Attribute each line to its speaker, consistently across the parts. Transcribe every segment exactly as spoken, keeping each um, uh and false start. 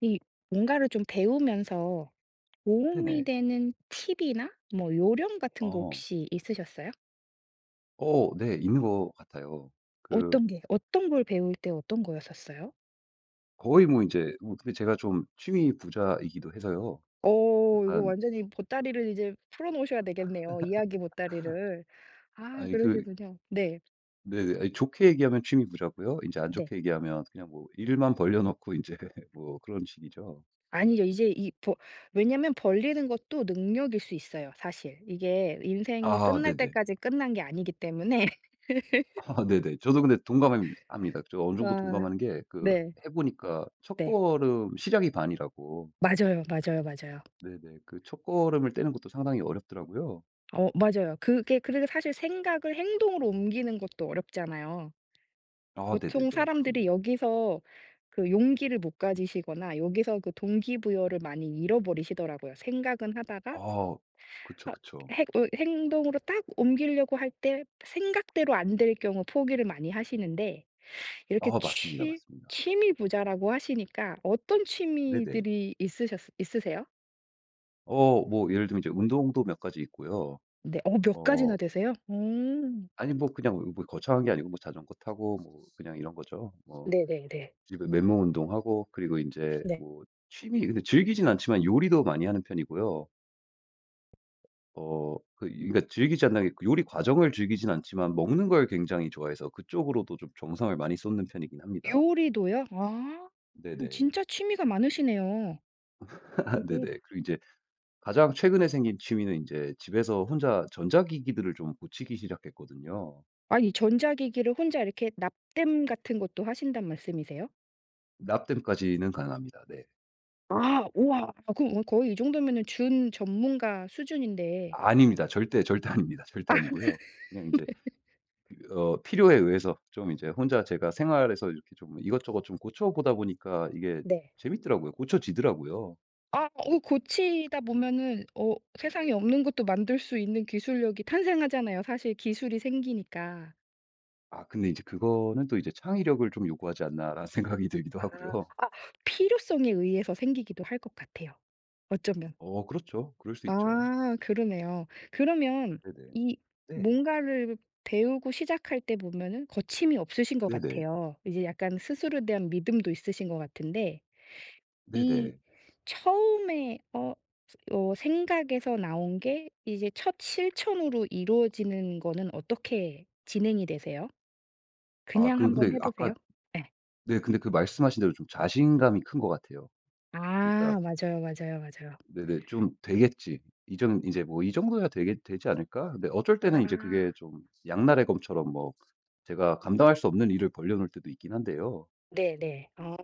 Speaker 1: 이 뭔가를 좀 배우면서 도움이
Speaker 2: 네네.
Speaker 1: 되는 팁이나 뭐 요령 같은 거
Speaker 2: 어.
Speaker 1: 혹시 있으셨어요?
Speaker 2: 어 네. 있는 것 같아요. 그
Speaker 1: 어떤 게 어떤 걸 배울 때 어떤 거였었어요?
Speaker 2: 거의 뭐 이제 뭐 근데 제가 좀 취미 부자이기도 해서요.
Speaker 1: 어 이거
Speaker 2: 약간
Speaker 1: 완전히 보따리를 이제 풀어 놓으셔야 되겠네요, 이야기 보따리를. 아
Speaker 2: 아니 그
Speaker 1: 그러시군요. 네.
Speaker 2: 네 아니 좋게 얘기하면 취미 부자고요. 이제 안
Speaker 1: 네.
Speaker 2: 좋게 얘기하면 그냥 뭐 일만 벌려 놓고 이제 뭐 그런 식이죠.
Speaker 1: 아니죠. 이제 이 버 왜냐면 벌리는 것도 능력일 수 있어요, 사실. 이게 인생이
Speaker 2: 아
Speaker 1: 끝날
Speaker 2: 네네.
Speaker 1: 때까지 끝난 게 아니기 때문에.
Speaker 2: 아 네네. 저도 근데 동감합니다. 합니다. 저 어느 정도
Speaker 1: 아
Speaker 2: 동감하는 게 그
Speaker 1: 네.
Speaker 2: 해 보니까
Speaker 1: 네.
Speaker 2: 첫걸음 시작이 반이라고.
Speaker 1: 맞아요, 맞아요, 맞아요.
Speaker 2: 네네. 그 첫걸음을 떼는 것도 상당히 어렵더라고요.
Speaker 1: 어 맞아요. 그게 그리고 사실 생각을 행동으로 옮기는 것도 어렵잖아요.
Speaker 2: 아
Speaker 1: 보통
Speaker 2: 네네네. 그럼요.
Speaker 1: 사람들이 여기서 그 용기를 못 가지시거나 여기서 그 동기부여를 많이 잃어버리시더라고요. 생각은 하다가
Speaker 2: 아 그쵸,
Speaker 1: 아
Speaker 2: 그쵸.
Speaker 1: 행 어 행동으로 딱 옮기려고 할 때 생각대로 안 될 경우 포기를 많이 하시는데 이렇게
Speaker 2: 어 맞습니다,
Speaker 1: 취
Speaker 2: 맞습니다.
Speaker 1: 취미 부자라고 하시니까 어떤
Speaker 2: 네네.
Speaker 1: 취미들이 있으셨 있으세요?
Speaker 2: 어 뭐 예를 들면 이제 운동도 몇 가지 있고요.
Speaker 1: 네. 어 몇
Speaker 2: 어
Speaker 1: 가지나 되세요? 음.
Speaker 2: 아니 뭐 그냥 뭐 거창한 게 아니고 뭐 자전거 타고 뭐 그냥 이런 거죠. 뭐
Speaker 1: 네네네.
Speaker 2: 집에 맨몸 운동하고 그리고 이제
Speaker 1: 네.
Speaker 2: 뭐 취미 근데 즐기진 않지만 요리도 많이 하는 편이고요. 어 그 그러니까 즐기지 않는 게 요리 과정을 즐기진 않지만 먹는 걸 굉장히 좋아해서 그쪽으로도 좀 정성을 많이 쏟는 편이긴 합니다.
Speaker 1: 요리도요? 아 어,
Speaker 2: 네네.
Speaker 1: 진짜 취미가 많으시네요. 오.
Speaker 2: 네네. 그리고 이제 가장 최근에 생긴 취미는 이제 집에서 혼자 전자기기들을 좀 고치기 시작했거든요.
Speaker 1: 아니 전자기기를 혼자 이렇게 납땜 같은 것도 하신단 말씀이세요?
Speaker 2: 납땜까지는 가능합니다. 네.
Speaker 1: 아 우와. 아 그럼 어, 거의 이 정도면은 준 전문가 수준인데
Speaker 2: 아닙니다. 절대, 절대 아닙니다. 절대
Speaker 1: 아
Speaker 2: 아니고요. 그냥 이제 그 어 필요에 의해서 좀 이제 혼자 제가 생활에서 이렇게 좀 이것저것 좀 고쳐보다 보니까 이게
Speaker 1: 네.
Speaker 2: 재밌더라고요. 고쳐지더라고요.
Speaker 1: 아 어 고치다 보면은 어 세상에 없는 것도 만들 수 있는 기술력이 탄생하잖아요, 사실 기술이 생기니까.
Speaker 2: 아 근데 이제 그거는 또 이제 '창의력을 좀 요구하지 않나.'라는 생각이 들기도
Speaker 1: 아.
Speaker 2: 하고요.
Speaker 1: 아. 필요성에 의해서 생기기도 할 것 같아요, 어쩌면.
Speaker 2: 어 그렇죠. 그럴 수 있죠.
Speaker 1: 아 그러네요. 그러면
Speaker 2: 네네.
Speaker 1: 이
Speaker 2: 네.
Speaker 1: 뭔가를 배우고 시작할 때 보면은 거침이 없으신 것
Speaker 2: 네네.
Speaker 1: 같아요. 이제 약간 스스로에 대한 믿음도 있으신 것 같은데 이
Speaker 2: 네네.
Speaker 1: 처음에 어 어 생각에서 나온 게 이제 첫 실천으로 이루어지는 거는 어떻게 진행이 되세요?
Speaker 2: 아
Speaker 1: 그냥
Speaker 2: 그
Speaker 1: 한번
Speaker 2: 근데
Speaker 1: 해 보세요?
Speaker 2: 아까
Speaker 1: 네.
Speaker 2: 네. 근데 그 말씀하신 대로 좀 자신감이 큰 것 같아요. 그러니까
Speaker 1: 아 맞아요, 맞아요, 맞아요.
Speaker 2: 네네 좀 '되겠지. 이정 이제 뭐 이 정도야 되게 되지 않을까?' 근데 어쩔 때는 이제
Speaker 1: 아
Speaker 2: 그게 좀 양날의 검처럼 뭐 제가 감당할 수 없는 일을 벌려 놓을 때도 있긴 한데요.
Speaker 1: 네네. 어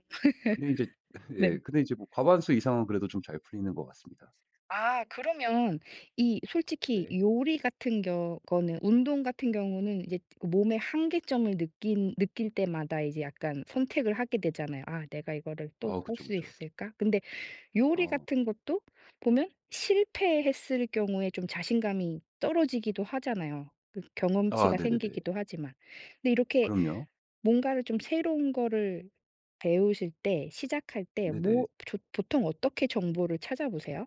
Speaker 2: 근데 이제 예
Speaker 1: 네.
Speaker 2: 근데 이제 뭐 과반수 이상은 그래도 좀 잘 풀리는 것 같습니다.
Speaker 1: 아 그러면 이 솔직히
Speaker 2: 네.
Speaker 1: 요리 같은 겨 거는 운동 같은 경우는 이제 몸의 한계점을 느낀 느낄 때마다 이제 약간 선택을 하게 되잖아요. '아 내가 이거를 또
Speaker 2: 아
Speaker 1: 할
Speaker 2: 그쵸,
Speaker 1: 수
Speaker 2: 그쵸.
Speaker 1: 있을까?' 근데 요리
Speaker 2: 아.
Speaker 1: 같은 것도 보면 실패했을 경우에 좀 자신감이 떨어지기도 하잖아요. 그
Speaker 2: 아
Speaker 1: 경험치가
Speaker 2: 네네네.
Speaker 1: 생기기도 하지만. 근데 이렇게
Speaker 2: 그럼요.
Speaker 1: 뭔가를 좀 새로운 거를 배우실 때 시작할 때
Speaker 2: 네네.
Speaker 1: 뭐 조 보통 어떻게 정보를 찾아보세요?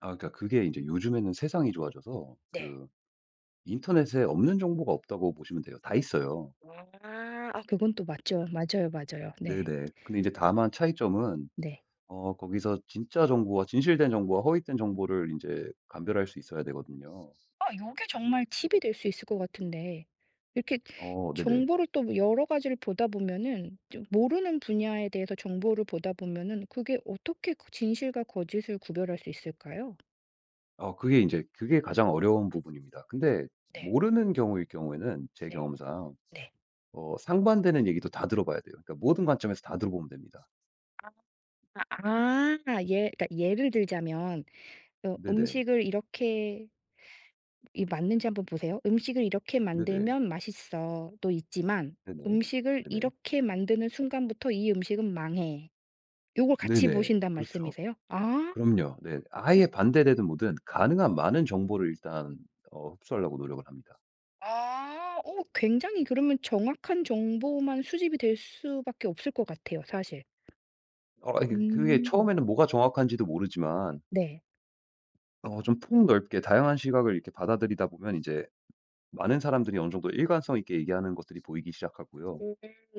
Speaker 2: 아 그러니까 그게 이제 요즘에는 세상이 좋아져서
Speaker 1: 네.
Speaker 2: 그 인터넷에 없는 정보가 없다고 보시면 돼요. 다 있어요.
Speaker 1: 아. 아 그건 또 맞죠. 맞아요, 맞아요. 네.
Speaker 2: 네네. 근데 이제 다만 차이점은
Speaker 1: 네.
Speaker 2: 어 거기서 진짜 정보와 진실된 정보와 허위된 정보를 이제 감별할 수 있어야 되거든요.
Speaker 1: 아 요게 정말 팁이 될 수 있을 것 같은데 이렇게
Speaker 2: 어 네네.
Speaker 1: 정보를 또 여러 가지를 보다 보면은 좀 모르는 분야에 대해서 정보를 보다 보면은 그게 어떻게 그 진실과 거짓을 구별할 수 있을까요?
Speaker 2: 어 그게 이제 그게 가장 어려운 부분입니다. 근데
Speaker 1: 네.
Speaker 2: 모르는 경우일 경우에는 제
Speaker 1: 네.
Speaker 2: 경험상
Speaker 1: 네.
Speaker 2: 어 상반되는 얘기도 다 들어봐야 돼요. 그러니까 모든 관점에서 다 들어보면 됩니다.
Speaker 1: 아 아. 예 그러니까 예를 들자면 어
Speaker 2: 네네.
Speaker 1: 음식을 이렇게 이 맞는지 한번 보세요. "음식을 이렇게
Speaker 2: 네네.
Speaker 1: 만들면 맛있어."도 있지만
Speaker 2: 네네.
Speaker 1: "음식을
Speaker 2: 네네.
Speaker 1: 이렇게 만드는 순간부터 이 음식은 망해." 요걸 같이
Speaker 2: 네네.
Speaker 1: 보신단
Speaker 2: 그렇죠.
Speaker 1: 말씀이세요? 아.
Speaker 2: 그럼요. 네. 아예 반대되든 뭐든 가능한 많은 정보를 일단 어 흡수하려고 노력을 합니다.
Speaker 1: 아. 어 굉장히 그러면 정확한 정보만 수집이 될 수밖에 없을 것 같아요 사실.
Speaker 2: 어 이게 그게
Speaker 1: 음.
Speaker 2: 처음에는 뭐가 정확한지도 모르지만
Speaker 1: 네.
Speaker 2: 어 좀 폭넓게 다양한 시각을 이렇게 받아들이다 보면 이제 많은 사람들이 어느 정도 일관성 있게 얘기하는 것들이 보이기 시작하고요.
Speaker 1: 음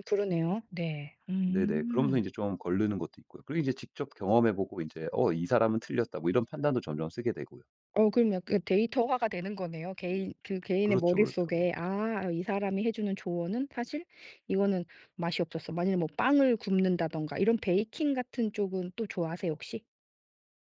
Speaker 1: 그러네요. 네.
Speaker 2: 네네. 그러면서 이
Speaker 1: 음.
Speaker 2: 제 좀 거르는 것도 있고요. 그리고 이제 직접 경험해 보고 이제 '어 이 사람은 틀렸다.' 뭐 이런 판단도 점점 쓰게 되고요.
Speaker 1: 어 그럼 약간 데이터화가 되는 거네요. 개인 그 개인의
Speaker 2: 그렇죠, 그렇죠.
Speaker 1: 머릿속에 '아 이 사람이 해 주는 조언은 사실 이거는 맛이 없었어.' 만약에 뭐 빵을 굽는다든가 이런 베이킹 같은 쪽은 또 좋아하세요 혹시?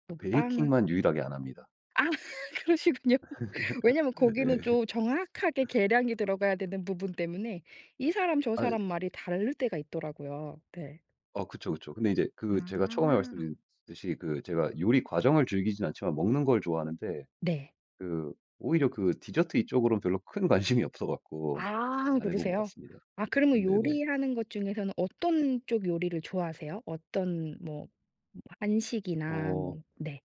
Speaker 1: 뭐 빵을
Speaker 2: 베이킹만 유일하게 안 합니다.
Speaker 1: 아 그러시군요. 왜냐면 거기는
Speaker 2: 네.
Speaker 1: 좀 정확하게 계량이 들어가야 되는 부분 때문에 이 사람 저
Speaker 2: 아이
Speaker 1: 사람 말이 다를 때가 있더라고요. 네.
Speaker 2: 어 그쵸, 그쵸. 근데 이제 그 제가 처음에
Speaker 1: 아.
Speaker 2: 말씀드린 듯이 그 제가 요리 과정을 즐기진 않지만 먹는 걸 좋아하는데
Speaker 1: 네.
Speaker 2: 그 오히려 그 디저트 이쪽으로는 별로 큰 관심이 없어 갖고
Speaker 1: 아
Speaker 2: 안 해본 것
Speaker 1: 그러세요?
Speaker 2: 같습니다.
Speaker 1: 아 그러면
Speaker 2: 네네.
Speaker 1: 요리하는 것 중에서는 어떤 쪽 요리를 좋아하세요? 어떤 뭐 한식이나
Speaker 2: 어
Speaker 1: 뭐 네.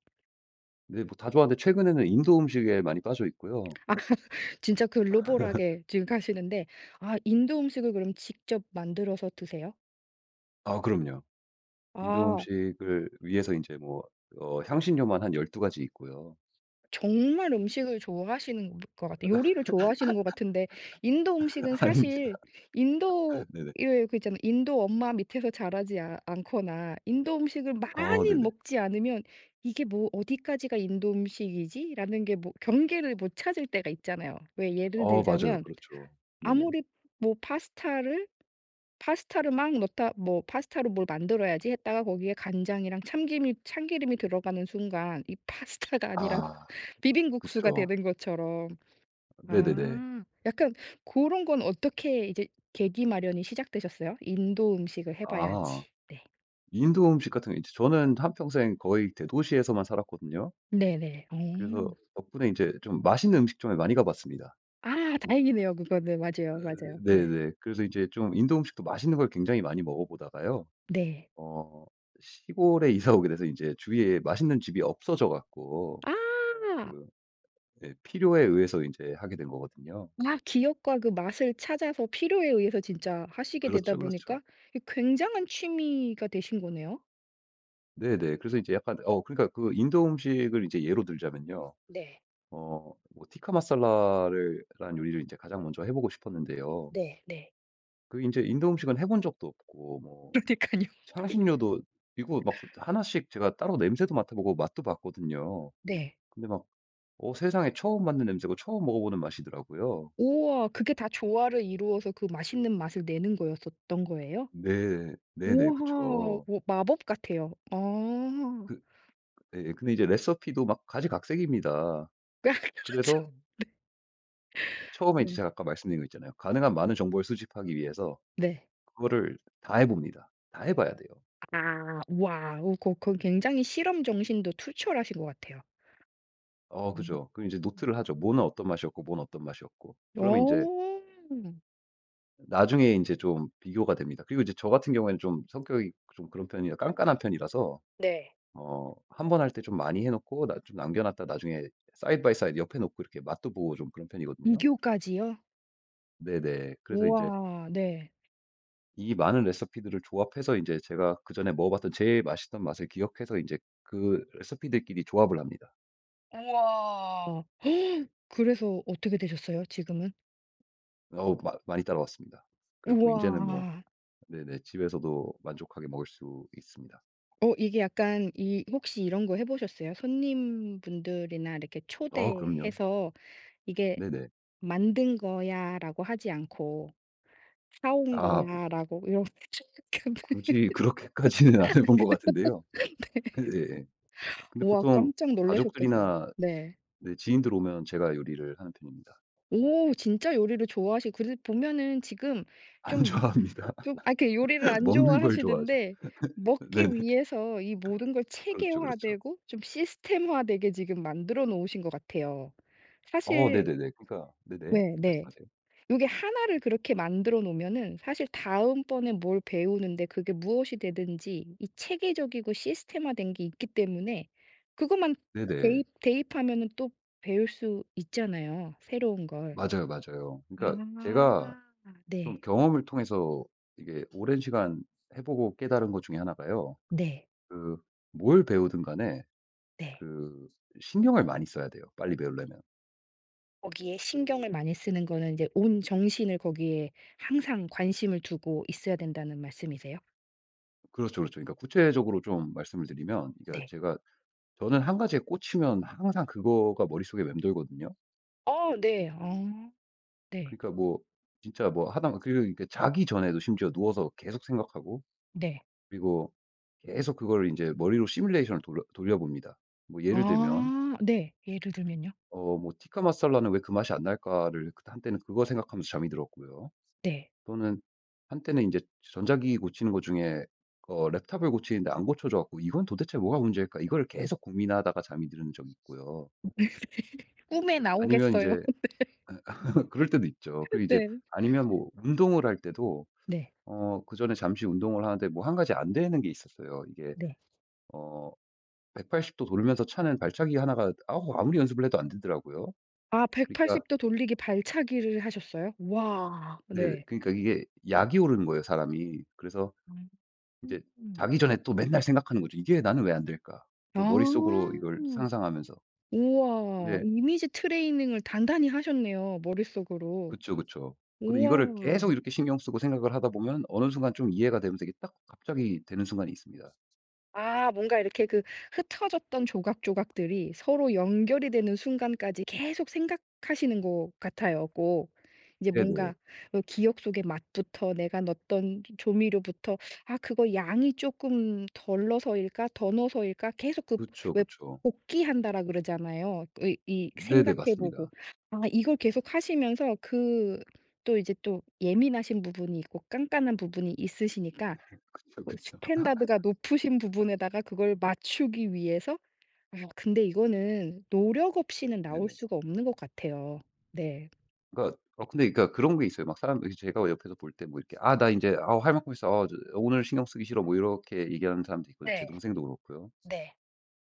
Speaker 2: 네 뭐 다 좋아하는데 최근에는 인도 음식에 많이 빠져 있고요.
Speaker 1: 아 진짜 글로벌하게 지금 가시는데 아 인도 음식을 그럼 직접 만들어서 드세요?
Speaker 2: 아 그럼요. 인도
Speaker 1: 아.
Speaker 2: 음식을 위해서 이제 뭐 어 향신료만 한 열두 가지 있고요.
Speaker 1: 정말 음식을 좋아하시는 것 같아요. 요리를 좋아하시는 것 같은데 인도 음식은
Speaker 2: 아닙니다.
Speaker 1: 사실 인도
Speaker 2: 네네.
Speaker 1: 왜 그 있잖아요. 인도 엄마 밑에서 자라지 아 않거나 인도 음식을
Speaker 2: 어
Speaker 1: 많이
Speaker 2: 네네.
Speaker 1: 먹지 않으면 '이게 뭐 어디까지가 인도 음식이지?'라는 게 뭐 경계를 못 찾을 때가 있잖아요. 왜 예를
Speaker 2: 어 맞아요.
Speaker 1: 들자면
Speaker 2: 그렇죠. 네네.
Speaker 1: 아무리 뭐 파스타를 파스타를 막 넣다 뭐 '파스타로 뭘 만들어야지.' 했다가 거기에 간장이랑 참기름이 참기름이 들어가는 순간 이 파스타가 아니라
Speaker 2: 아
Speaker 1: 비빔국수가
Speaker 2: 그쵸.
Speaker 1: 되는 것처럼.
Speaker 2: 네네네.
Speaker 1: 아 약간 그런 건 어떻게 이제 계기 마련이 시작되셨어요? '인도 음식을 해
Speaker 2: 아
Speaker 1: 봐야지.' 네.
Speaker 2: 인도 음식 같은 거 이제 저는 한평생 거의 대도시에서만 살았거든요.
Speaker 1: 네네. 어.
Speaker 2: 그래서 덕분에 이제 좀 맛있는 음식점에 많이 가 봤습니다.
Speaker 1: 아 다행이네요 그거는. 맞아요, 맞아요. 네.
Speaker 2: 네네. 그래서 이제 좀 인도 음식도 맛있는 걸 굉장히 많이 먹어보다가요.
Speaker 1: 네.
Speaker 2: 어 시골에 이사 오게 돼서 이제 주위에 맛있는 집이 없어져 갖고
Speaker 1: 아.
Speaker 2: 그 예 필요에 의해서 이제 하게 된 거거든요.
Speaker 1: 아 기억과 그 맛을 찾아서 필요에 의해서 진짜 하시게
Speaker 2: 그렇죠,
Speaker 1: 되다
Speaker 2: 그렇죠.
Speaker 1: 보니까 이 굉장한 취미가 되신 거네요.
Speaker 2: 네네. 그래서 이제 약간 어 그러니까 그 인도 음식을 이제 예로 들자면요.
Speaker 1: 네.
Speaker 2: 어 뭐 티카 마살라를 라는 요리를 이제 가장 먼저 해 보고 싶었는데요.
Speaker 1: 네 네.
Speaker 2: 그 이제 인도 음식은 해본 적도 없고 뭐
Speaker 1: 그러니까요
Speaker 2: 향신료도 이거 막 하나씩 제가 따로 냄새도 맡아 보고 맛도 봤거든요.
Speaker 1: 네.
Speaker 2: 근데 막 어 세상에 처음 맡는 냄새고 처음 먹어보는 맛이더라고요.
Speaker 1: 우와 그게 다 조화를 이루어서 그 맛있는 맛을 내는 거였었던 거예요?
Speaker 2: 네. 네네.
Speaker 1: 우와.
Speaker 2: 그쵸.
Speaker 1: 오 마법 같아요. 아.
Speaker 2: 그 예. 예. 근데 이제 레시피도 막 가지각색입니다.
Speaker 1: 아 그렇죠.
Speaker 2: 그래서
Speaker 1: 네.
Speaker 2: 처음에 이제
Speaker 1: 네.
Speaker 2: 제가 아까 말씀드린 거 있잖아요. 가능한 많은 정보를 수집하기 위해서
Speaker 1: 네.
Speaker 2: 그거를 다 해 봅니다. 다 해 봐야 돼요.
Speaker 1: 아 와우. 고 그 굉장히 실험 정신도 투철하신 것 같아요.
Speaker 2: 어
Speaker 1: 음.
Speaker 2: 그죠. 그럼 이제 노트를 하죠. 뭐는 어떤 맛이었고 뭐는 어떤 맛이었고. 그러면 인제
Speaker 1: 어.
Speaker 2: 나중에 인제 좀 비교가 됩니다. 그리고 이제 저 같은 경우에는 좀 성격이 좀 그런 편이라 깐깐한 편이라서
Speaker 1: 네.
Speaker 2: 어 한 번 할 때 좀 많이 해 놓고 나 좀 남겨 놨다 나중에 사이드 바이 사이드 옆에 놓고 이렇게 맛도 보고 좀 그런
Speaker 1: 인교
Speaker 2: 편이거든요.
Speaker 1: 까지요
Speaker 2: 네네. 그래서 이제
Speaker 1: 우와. 네.
Speaker 2: 이 많은 레시피들을 조합해서 이제 제가 그전에 먹어 봤던 제일 맛있던 맛을 기억해서 이제 그 레시피들끼리 조합을 합니다.
Speaker 1: 우와. 그래서 어떻게 되셨어요 지금은?
Speaker 2: 어우 마 많이 따라왔습니다. 그래 갖고 이
Speaker 1: 우와.
Speaker 2: 제는 뭐 네네 집에서도 만족하게 먹을 수 있습니다.
Speaker 1: 어 이게 약간 이 혹시 이런 거 해 보셨어요? 손님분들이나 이렇게
Speaker 2: 아 그럼요.
Speaker 1: 초대해서 "이게
Speaker 2: 네네.
Speaker 1: 만든 거야."라고 하지 않고 "사온
Speaker 2: 아 뭐
Speaker 1: 거야."라고 이러셨
Speaker 2: 굳이 그렇게까지는 안 해본 것 같은데요. 네. 근데
Speaker 1: 우와
Speaker 2: 보통
Speaker 1: 깜짝 놀라셨겠어요.
Speaker 2: 가족들이나
Speaker 1: 네.
Speaker 2: 네 지인들 오면 제가 요리를 하는 편입니다.
Speaker 1: 오 진짜 요리를 좋아하시 그래서 보면은 지금
Speaker 2: 안
Speaker 1: 좀
Speaker 2: 좋아합니다.
Speaker 1: 좀 아 이렇게 요리를 안
Speaker 2: 먹는 걸 좋아하죠.
Speaker 1: 좋아하시는데 먹기
Speaker 2: 네네.
Speaker 1: 위해서 이 모든 걸
Speaker 2: 그렇죠, 그렇죠.
Speaker 1: 체계화되고 좀 시스템화되게 지금 만들어 놓으신 것 같아요.
Speaker 2: 어
Speaker 1: 사실
Speaker 2: 네네네. 그러니까 네네.
Speaker 1: 네 네.
Speaker 2: 말씀하세요.
Speaker 1: 요게 하나를 그렇게 만들어 놓으면은 사실 다음번에 뭘 배우는데 그게 무엇이 되든지 이 체계적이고 시스템화된 게 있기 때문에 그것만
Speaker 2: 네네.
Speaker 1: 대입 대입하면은 또 배울 수 있잖아요, 새로운 걸.
Speaker 2: 맞아요, 맞아요. 그러니까 제가
Speaker 1: 아.
Speaker 2: 좀
Speaker 1: 네.
Speaker 2: 경험을 통해서 이게 오랜 시간 해 보고 깨달은 것 중에 하나가요.
Speaker 1: 네.
Speaker 2: 그 뭘 배우든 간에
Speaker 1: 네.
Speaker 2: 그 신경을 많이 써야 돼요, 빨리 배우려면.
Speaker 1: 거기에 신경을 많이 쓰는 거는 이제 온 정신을 거기에 항상 관심을 두고 있어야 된다는 말씀이세요?
Speaker 2: 그렇죠, 그렇죠. 그러니까 구체적으로 좀 말씀을 드리면 그러니까
Speaker 1: 네.
Speaker 2: 제가 저는 한 가지에 꽂히면 항상 그거가 머릿속에 맴돌거든요.
Speaker 1: 어 네. 어 네.
Speaker 2: 그러니까 뭐 진짜 뭐 하다 그리고 이렇게 자기 전에도 심지어 누워서 계속 생각하고
Speaker 1: 네.
Speaker 2: 그리고 계속 그거를 제 머리로 시뮬레이션을 돌려 돌려봅니다. 뭐 예를 들면
Speaker 1: 아 네. 예를 들면요?
Speaker 2: 어 뭐 '티카 마살라는 왜 그 맛이 안 날까?'를 그때 한때는 그거 생각하면서 잠이 들었고요.
Speaker 1: 네.
Speaker 2: 또는 한때는 이제 전자기기 고치는 것 중에 어 랩탑을 고치는데 안 고쳐져 갖고 '이건 도대체 뭐가 문제일까?' 이거를 계속 고민하다가 잠이 드는 적이 있고요.
Speaker 1: 꿈에
Speaker 2: 아니면 이
Speaker 1: 나오겠어요.
Speaker 2: 제 그럴 때도 있죠. 그리고 이제
Speaker 1: 네.
Speaker 2: 아니면 뭐 운동을 할 때도
Speaker 1: 네.
Speaker 2: 어 그전에 잠시 운동을 하는데 뭐 한 가지 안 되는 게 있었어요. 이게
Speaker 1: 네.
Speaker 2: 어 백팔십 도 돌면서 차는 발차기 하나가 아우 아무리 연습을 해도 안 되더라고요.
Speaker 1: 아
Speaker 2: 그러니까
Speaker 1: 백팔십 도 돌리기 발차기를 하셨어요? 와.
Speaker 2: 네
Speaker 1: 네.
Speaker 2: 그러니까 이게 약이 오르는 거예요, 사람이. 그래서 이제
Speaker 1: 음.
Speaker 2: 자기 전에 또 맨날 생각하는 거죠. '이게 나는 왜 안 될까?' 또
Speaker 1: 아.
Speaker 2: 머릿속으로 이걸 상상하면서.
Speaker 1: 우와.
Speaker 2: 네.
Speaker 1: 이미지 트레이닝을 단단히 하셨네요 머릿속으로.
Speaker 2: 그쵸, 그쵸. 근데 이거를 계속
Speaker 1: 우와.
Speaker 2: 이렇게 신경 쓰고 생각을 하다 보면 어느 순간 좀 이해가 되면서 이게 딱 갑자기 되는 순간이 있습니다.
Speaker 1: 아 뭔가 이렇게 그 흩어졌던 조각조각들이 서로 연결이 되는 순간까지 계속 생각하시는 것 같아요 꼭. 이제
Speaker 2: 네네.
Speaker 1: 뭔가 어 기억 속의 맛부터 내가 넣었던 조미료부터 '아 그거 양이 조금 덜 넣어서일까? 더 넣어서일까?' 계속 그
Speaker 2: 그쵸,
Speaker 1: 왜
Speaker 2: 그쵸.
Speaker 1: 복기한다라 그러잖아요. 그 이
Speaker 2: 네네.
Speaker 1: 생각해 보고.
Speaker 2: 맞습니다.
Speaker 1: 아 이걸 계속 하시면서 그 또 이제 또 예민하신 부분이 있고 깐깐한 부분이 있으시니까
Speaker 2: 그쵸,
Speaker 1: 그
Speaker 2: 그쵸.
Speaker 1: 스탠다드가 높으신 부분에다가 그걸 맞추기 위해서 아 근데 이거는 노력 없이는 나올
Speaker 2: 네네.
Speaker 1: 수가 없는 것 같아요. 네.
Speaker 2: 그러니까 어 근데 그러니까 그런 게 있어요. 막 사람들이 제가 옆에서 볼 때 뭐 이렇게 "아 나 인제 아 할 만큼 했어. 아 저 오늘 신경 쓰기 싫어." 뭐 이렇게 얘기하는 사람도 있고 제
Speaker 1: 네.
Speaker 2: 동생도 그렇고요.
Speaker 1: 네.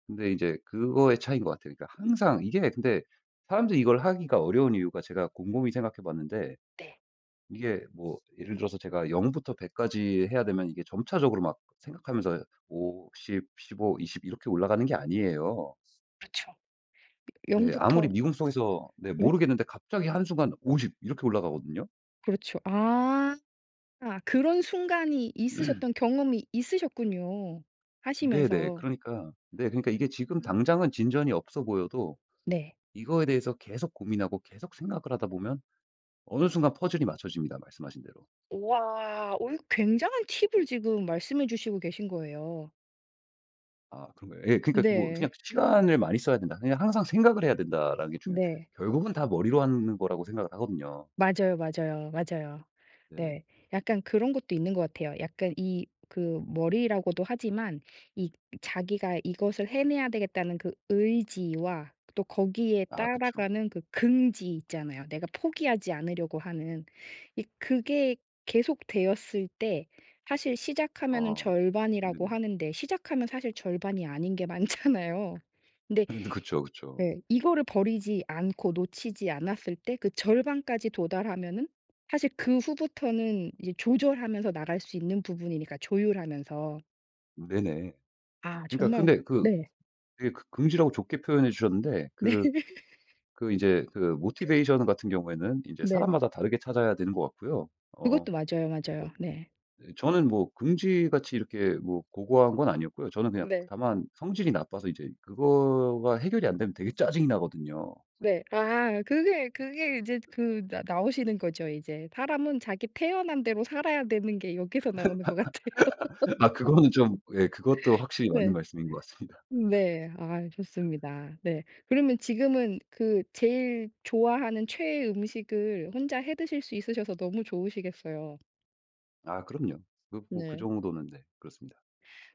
Speaker 2: 근데 이제 그거의 차이인 것 같아요. 그러니까 항상 이게 근데 사람들이 이걸 하기가 어려운 이유가 제가 곰곰이 생각해 봤는데
Speaker 1: 네.
Speaker 2: 이게 뭐 예를 들어서 제가 영 부터 백 까지 해야 되면 이게 점차적으로 막 생각하면서 오십, 십오, 이십 이렇게 올라가는 게 아니에요.
Speaker 1: 그렇죠. 영
Speaker 2: 네 아무리
Speaker 1: 부터
Speaker 2: 미궁 속에서 네
Speaker 1: 네
Speaker 2: 모르겠는데 갑자기 한순간 오십 이렇게 올라가거든요.
Speaker 1: 그렇죠. 아 아, 그런 순간이 있으셨던 경험이 있으셨군요.
Speaker 2: 네네.
Speaker 1: 하시면서.
Speaker 2: 그러니까 네 그러니까 이게 지금
Speaker 1: 음.
Speaker 2: 당장은 진전이 없어 보여도
Speaker 1: 네.
Speaker 2: 이거에 대해서 계속 고민하고 계속 생각을 하다 보면 어느 순간 퍼즐이 맞춰집니다, 말씀하신 대로.
Speaker 1: 우와. 어 굉장한 팁을 지금 말씀해 주시고 계신 거예요.
Speaker 2: 아 그런가요? 예. 그러니까 뭐 그냥
Speaker 1: 네.
Speaker 2: '시간을 많이 써야 된다. 그냥 항상 생각을 해야 된다.'라는 게 중요한
Speaker 1: 네.
Speaker 2: 결국은 다 머리로 하는 거라고 생각을 하거든요.
Speaker 1: 맞아요, 맞아요, 맞아요.
Speaker 2: 네네.
Speaker 1: 네. 약간 그런 것도 있는 것 같아요. 약간 이 그 머리라고도 하지만 이 자기가 이것을 해내야 되겠다는 그 의지와 또 거기에
Speaker 2: 아 그쵸.
Speaker 1: 따라가는 그 긍지 있잖아요. 내가 포기하지 않으려고 하는. 이 그게 계속되었을 때 사실 시작하면은
Speaker 2: 아
Speaker 1: 절반이라고
Speaker 2: 네네.
Speaker 1: 하는데 시작하면 사실 절반이 아닌 게 많잖아요. 근데
Speaker 2: 그쵸, 그쵸.
Speaker 1: 네. 이거를 버리지 않고 놓치지 않았을 때 그 절반까지 도달하면은 사실 그 후부터는 이제 조절하면서 나갈 수 있는 부분이니까 조율하면서.
Speaker 2: 네네.
Speaker 1: 아
Speaker 2: 그러니까
Speaker 1: 정말
Speaker 2: 근데 그
Speaker 1: 네.
Speaker 2: 되게 긍 긍지라고 좋게 표현해 주셨는데
Speaker 1: 네.
Speaker 2: 그 그 이제 그 모티베이션 같은 경우에는 이제
Speaker 1: 네.
Speaker 2: 사람마다 다르게 찾아야 되는 것 같고요. 어
Speaker 1: 그것도 맞아요,
Speaker 2: 어
Speaker 1: 맞아요. 네.
Speaker 2: 저는 뭐 금지같이 이렇게 뭐 고고한 건 아니었고요. 저는 그냥
Speaker 1: 네.
Speaker 2: 다만 성질이 나빠서 이제 그거가 해결이 안 되면 되게 짜증이 나거든요.
Speaker 1: 네. 아 그게 그게 이제 그 나 나오시는 거죠, 이제. 사람은 자기 태어난 대로 살아야 되는 게 여기서 나오는 것 같아요.
Speaker 2: 아 그거는 좀 예 그것도 확실히 맞는
Speaker 1: 네.
Speaker 2: 말씀인 것 같습니다.
Speaker 1: 네. 아 좋습니다. 네. 그러면 지금은 그 제일 좋아하는 최애 음식을 혼자 해 드실 수 있으셔서 너무 좋으시겠어요.
Speaker 2: 아 그럼요. 그 뭐그
Speaker 1: 네.
Speaker 2: 정도는 네 그렇습니다.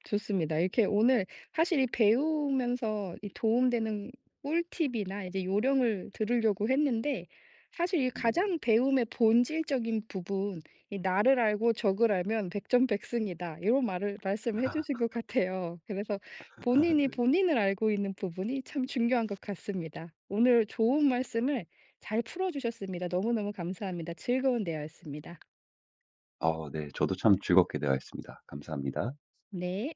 Speaker 1: 좋습니다. 이렇게 오늘 사실 이 배우면서 이 도움되는 꿀팁이나 이제 요령을 들으려고 했는데 사실 이
Speaker 2: 네네.
Speaker 1: 가장 배움의 본질적인 부분, 이 "나를 알고 적을 알면 백전백승이다." 이런 말을 말씀을 해 주신 것 같아요. 그래서 본인이
Speaker 2: 네.
Speaker 1: 본인을 알고 있는 부분이 참 중요한 것 같습니다. 오늘 좋은 말씀을 잘 풀어 주셨습니다. 너무너무 감사합니다. 즐거운 대화였습니다.
Speaker 2: 아 네. 저도 참 즐겁게 대화했습니다. 감사합니다.
Speaker 1: 네.